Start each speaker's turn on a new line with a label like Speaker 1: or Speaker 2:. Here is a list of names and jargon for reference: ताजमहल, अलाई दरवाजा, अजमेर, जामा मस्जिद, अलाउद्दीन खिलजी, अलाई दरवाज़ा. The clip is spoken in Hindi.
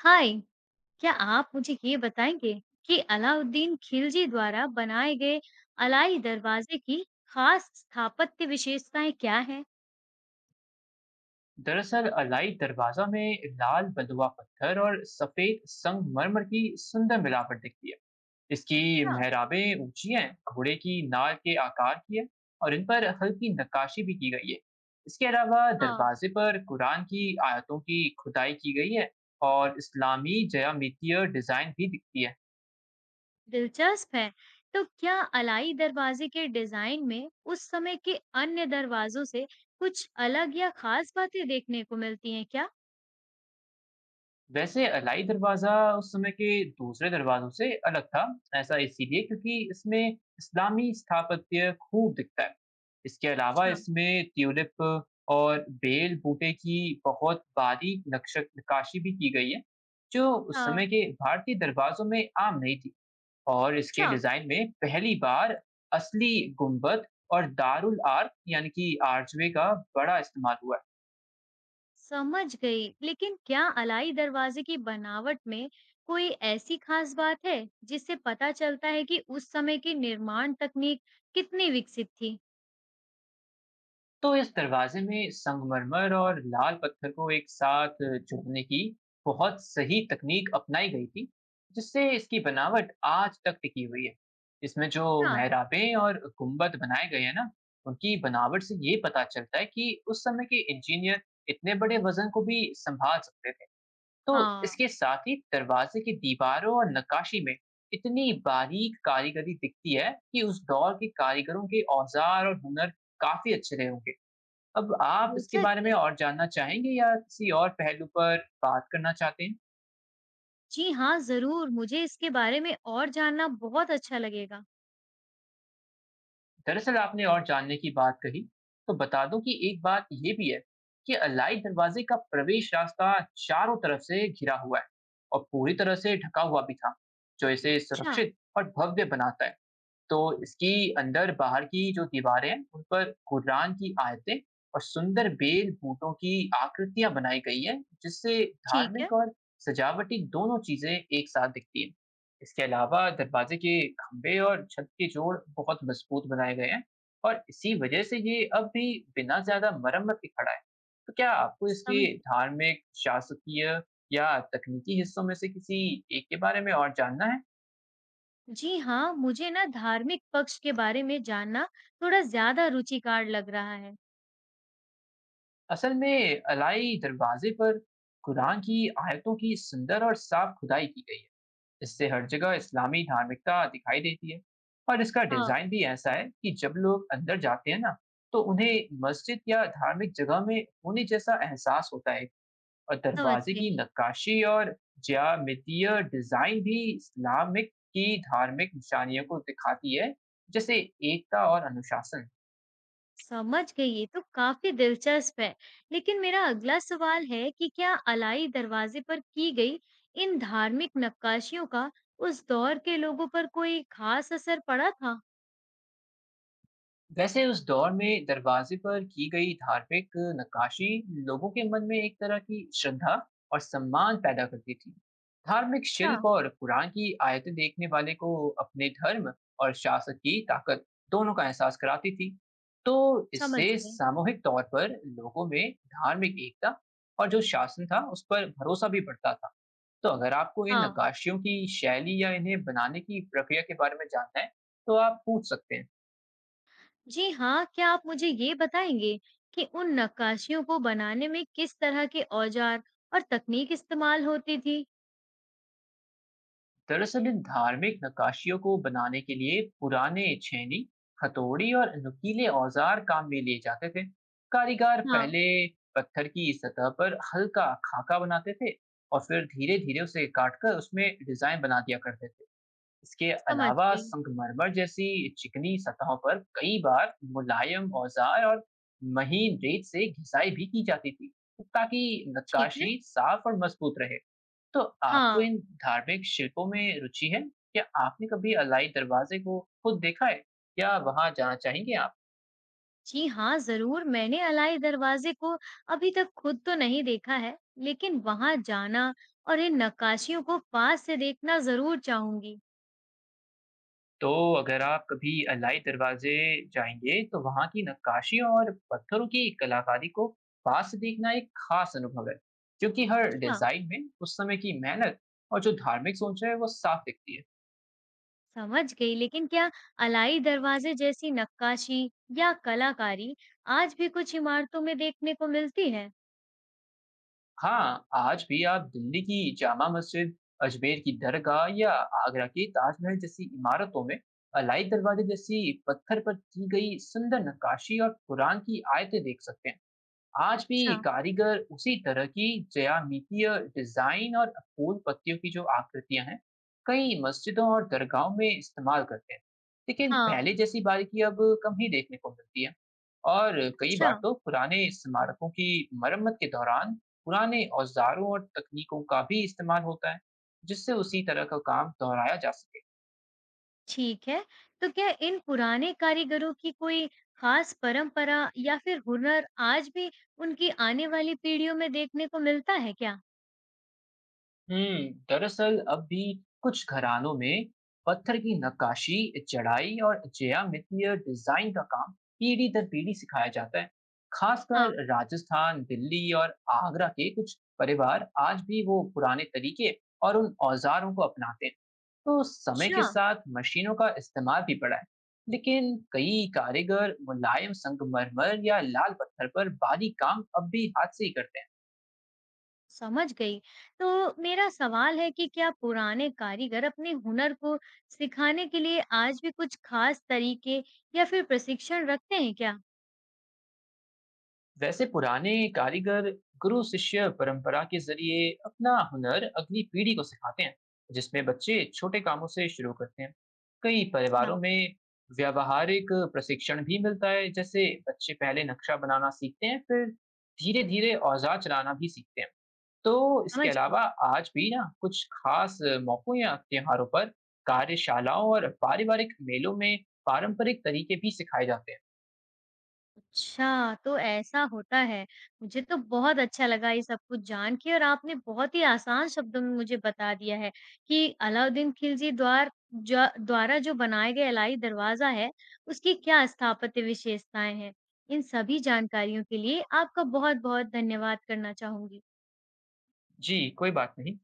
Speaker 1: हाय, क्या आप मुझे ये बताएँगे कि अलाउद्दीन खिलजी द्वारा बनाए गए अलाई दरवाज़े की ख़ास स्थापत्य विशेषताएँ क्या हैं?
Speaker 2: दरअसल अलाई दरवाजा में लाल बलुआ पत्थर और सफेद संगमरमर की सुंदर मिलावट दिखती है। इसकी
Speaker 1: अच्छा।
Speaker 2: मेहराबें ऊंची हैं, घोड़े की नाल के आकार की है। और इन पर हल्की नक्काशी भी की गई है। इसके अलावा
Speaker 1: हाँ,
Speaker 2: दरवाजे पर कुरान की आयतों की खुदाई की गई है और इस्लामी ज्यामितीय डिजाइन भी दिखती है।
Speaker 1: दिलचस्प है। तो क्या अलाई दरवाज़े के डिज़ाइन में उस समय के अन्य दरवाज़ों से कुछ अलग या ख़ास बातें देखने को मिलती हैं क्या?
Speaker 2: वैसे अलाई दरवाज़ा उस समय के दूसरे दरवाज़ों से अलग था। ऐसा इसीलिए क्योंकि इसमें इस्लामी स्थापत्य खूब दिखता है। इसके अलावा
Speaker 1: अच्छा,
Speaker 2: इसमें ट्यूलिप और बेल बूटे की बहुत बारीक नक्श नक्काशी भी की गई है, जो उस
Speaker 1: हाँ,
Speaker 2: समय के भारतीय दरवाज़ों में आम नहीं थी। और इसके
Speaker 1: अच्छा।
Speaker 2: डिज़ाइन में पहली बार असली गुंबद और दारुल आर्क यानी कि आर्चवे का बड़ा इस्तेमाल हुआ है।
Speaker 1: समझ गई। लेकिन क्या अलाई दरवाजे की बनावट में कोई ऐसी खास बात है जिससे पता चलता है कि उस समय की निर्माण तकनीक कितनी विकसित थी?
Speaker 2: तो इस दरवाजे में संगमरमर और लाल पत्थर को एक साथ जोड़ने की बहुत सही तकनीक अपनाई गई थी, जिससे इसकी बनावट आज तक टिकी हुई है। इसमें जो
Speaker 1: क्या?
Speaker 2: मेहराबें और गुंबद बनाए गए हैं ना, उनकी बनावट से ये पता चलता है कि उस समय के इंजीनियर इतने बड़े वजन को भी संभाल सकते थे। तो
Speaker 1: हाँ,
Speaker 2: इसके साथ ही दरवाजे की दीवारों और नक्काशी में इतनी बारीक कारीगरी दिखती है कि उस दौर के कारीगरों के औजार और हुनर काफी अच्छे रहे होंगे। अब आप इसके
Speaker 1: रोचक
Speaker 2: बारे में
Speaker 1: है।
Speaker 2: और जानना चाहेंगे या किसी और पहलू पर बात करना चाहते हैं?
Speaker 1: जी हाँ, जरूर मुझे इसके बारे में और जानना बहुत अच्छा लगेगा।
Speaker 2: दरअसल आपने और जानने की बात कही, तो बता दूं कि एक बात ये भी है कि अलाइ दरवाजे का प्रवेश रास्ता चारों तरफ से घिरा हुआ है और पूरी तरह से ढका हुआ भी था, जो इसे
Speaker 1: अच्छा,
Speaker 2: सुरक्षित और भव्य बनाता है। तो इसकी अंदर बाहर की जो दीवारें हैं, उन पर कुरान की आयतें और सुंदर बेल बूटों की आकृतियां बनाई गई हैं, जिससे
Speaker 1: ठीक है,
Speaker 2: धार्मिक और सजावटी दोनों चीजें एक साथ दिखती हैं। इसके अलावा दरवाजे के खंभे और छत के जोड़ बहुत मजबूत बनाए गए हैं और इसी वजह से ये अब भी बिना ज्यादा मरम्मत के खड़ा है। तो क्या आपको इसके
Speaker 1: समझी।
Speaker 2: धार्मिक, शासकीय या तकनीकी हिस्सों में से किसी एक के बारे में और जानना है?
Speaker 1: जी हाँ, मुझे ना धार्मिक पक्ष के बारे में जानना थोड़ा ज्यादा रुचिकार लग रहा है।
Speaker 2: असल में अलाई दरवाजे पर कुरान की आयतों की सुंदर और साफ खुदाई की गई है। इससे हर जगह इस्लामी धार्मिकता दिखाई देती है। और इसका
Speaker 1: हाँ,
Speaker 2: डिजाइन भी ऐसा है कि जब लोग अंदर जाते हैं ना, तो उन्हें मस्जिद या धार्मिक जगह में होने जैसा एहसास होता है। और
Speaker 1: समझ
Speaker 2: दरवाजे
Speaker 1: गई।
Speaker 2: की नक्काशी और ज्यामितीय डिजाइन भी इस्लामिक की धार्मिक निशानियों को दिखाती है, जैसे एकता और अनुशासन।
Speaker 1: समझ गई, ये तो काफ़ी दिलचस्प है। लेकिन मेरा अगला सवाल है कि क्या अलाई दरवाज़े पर की गई इन धार्मिक नक्काशियों का उस दौर के लोगों पर कोई ख़ास असर पड़ा था?
Speaker 2: वैसे उस दौर में दरवाजे पर की गई धार्मिक नक्काशी लोगों के मन में एक तरह की श्रद्धा और सम्मान पैदा करती थी। धार्मिक
Speaker 1: अच्छा,
Speaker 2: शिल्प और कुरान की आयतें देखने वाले को अपने धर्म और शासक की ताकत दोनों का एहसास कराती थी। तो
Speaker 1: समझ
Speaker 2: इससे
Speaker 1: गई।
Speaker 2: सामूहिक तौर पर लोगों में धार्मिक एकता और जो शासन था उस पर भरोसा भी बढ़ता था। तो अगर आपको इन
Speaker 1: हाँ,
Speaker 2: नक्काशियों की शैली या इन्हें बनाने की प्रक्रिया के बारे में जानना है, तो आप पूछ सकते हैं।
Speaker 1: जी हाँ, क्या आप मुझे ये बताएँगे कि उन नक्काशियों को बनाने में किस तरह के औज़ार और तकनीक इस्तेमाल होती थी?
Speaker 2: दरअसल इन धार्मिक नक्काशियों को बनाने के लिए पुराने छेनी, हथौड़ी और नुकीले औजार काम में लिए जाते थे। कारीगर
Speaker 1: हाँ,
Speaker 2: पहले पत्थर की सतह पर हल्का खाका बनाते थे और फिर धीरे धीरे उसे काटकर उसमें डिजाइन बना दिया करते थे। इसके
Speaker 1: समझ
Speaker 2: अलावा
Speaker 1: गई।
Speaker 2: संगमरमर जैसी चिकनी सतहों पर कई बार मुलायम औजार और महीन रेत से घिसाई भी की जाती थी, ताकि
Speaker 1: ठीक है।
Speaker 2: नक्काशी साफ और मजबूत रहे। तो आपको
Speaker 1: हाँ।
Speaker 2: इन धार्मिक शिल्पों में रुचि है? क्या आपने कभी अलाई दरवाजे को खुद देखा है या वहां जाना चाहेंगे आप?
Speaker 1: जी हाँ, ज़रूर मैंने अलाइ दरवाज़े को अभी तक खुद तो नहीं देखा है, लेकिन वहाँ जाना और इन नक्काशियों को पास से देखना ज़रूर चाहूँगी।
Speaker 2: तो अगर आप कभी अलाई दरवाज़े जाएँगे, तो वहाँ की नक्काशी और पत्थरों की कलाकारी को पास से देखना एक ख़ास अनुभव है, क्योंकि हर
Speaker 1: अच्छा,
Speaker 2: डिज़ाइन में उस समय की मेहनत और जो धार्मिक सोच है, वो साफ़ दिखती है।
Speaker 1: समझ गई। लेकिन क्या अलाइ दरवाज़े जैसी नक्काशी या कलाकारी आज भी कुछ इमारतों में देखने को मिलती है?
Speaker 2: हाँ, आज भी आप दिल्ली की जामा मस्जिद, अजमेर की दरगाह या आगरा के ताजमहल जैसी इमारतों में अलाई दरवाज़े जैसी पत्थर पर की गई सुंदर नक्काशी और कुरान की आयतें देख सकते हैं। आज भी
Speaker 1: अच्छा,
Speaker 2: कारीगर उसी तरह की ज्यामितीय डिजाइन और फूल पत्तियों की जो आकृतियां हैं, कई मस्जिदों और दरगाहों में इस्तेमाल करते हैं। लेकिन
Speaker 1: हाँ,
Speaker 2: पहले जैसी बारीकी अब कम ही देखने को मिलती है। और कई
Speaker 1: अच्छा,
Speaker 2: बार तो पुराने स्मारकों की मरम्मत के दौरान पुराने औजारों और तकनीकों का भी इस्तेमाल होता है, जिससे उसी तरह का काम दोहराया जा सके।
Speaker 1: ठीक है। तो क्या इन पुराने कारीगरों की कोई खास परंपरा या फिर हुनर आज भी उनकी आने वाली पीढ़ियों में देखने को मिलता है क्या?
Speaker 2: हुँ, दरअसल अब भी कुछ घरानों में पत्थर की नक्काशी, चढ़ाई और ज्यामितीय डिज़ाइन का काम पीढ़ी दर पीढ़ी सिखाया जाता है।
Speaker 1: हाँ।
Speaker 2: खासकर राजस्थान, दिल्ली और आगरा के कुछ परिवार आज भी वो पुराने तरीके और उन औज़ारों को अपनाते हैं। तो समय के
Speaker 1: अच्छा,
Speaker 2: साथ मशीनों का इस्तेमाल भी बढ़ा है, लेकिन कई कारीगर मुलायम संगमरमर या लाल पत्थर पर बारीक काम अब भी हाथ से ही करते हैं।
Speaker 1: समझ गई। तो मेरा सवाल है कि क्या पुराने कारीगर अपने हुनर को सिखाने के लिए आज भी कुछ खास तरीके या फिर प्रशिक्षण रखते हैं क्या?
Speaker 2: वैसे पुराने कारीगर गुरु शिष्य परंपरा के जरिए अपना हुनर अगली पीढ़ी को सिखाते हैं, जिसमें बच्चे छोटे कामों से शुरू करते हैं। कई
Speaker 1: अच्छा,
Speaker 2: परिवारों में व्यावहारिक प्रशिक्षण भी मिलता है, जैसे बच्चे पहले नक्शा बनाना सीखते हैं, फिर धीरे धीरे औजार चलाना भी सीखते हैं। तो इसके
Speaker 1: समझ गई।
Speaker 2: अलावा आज भी ना कुछ खास मौकों या त्योहारों पर कार्यशालाओं और पारिवारिक मेलों में पारंपरिक तरीके भी सिखाए जाते हैं।
Speaker 1: अच्छा, तो ऐसा होता है। मुझे तो बहुत अच्छा लगा ये सब कुछ जान के और आपने बहुत ही आसान शब्दों में मुझे बता दिया है कि अलाउद्दीन खिलजी द्वारा जो बनाए गए अलाई दरवाज़ा है, उसकी क्या स्थापत्य विशेषताएँ हैं। इन सभी जानकारियों के लिए आपका बहुत-बहुत धन्यवाद करना चाहूँगी।
Speaker 2: जी कोई बात नहीं।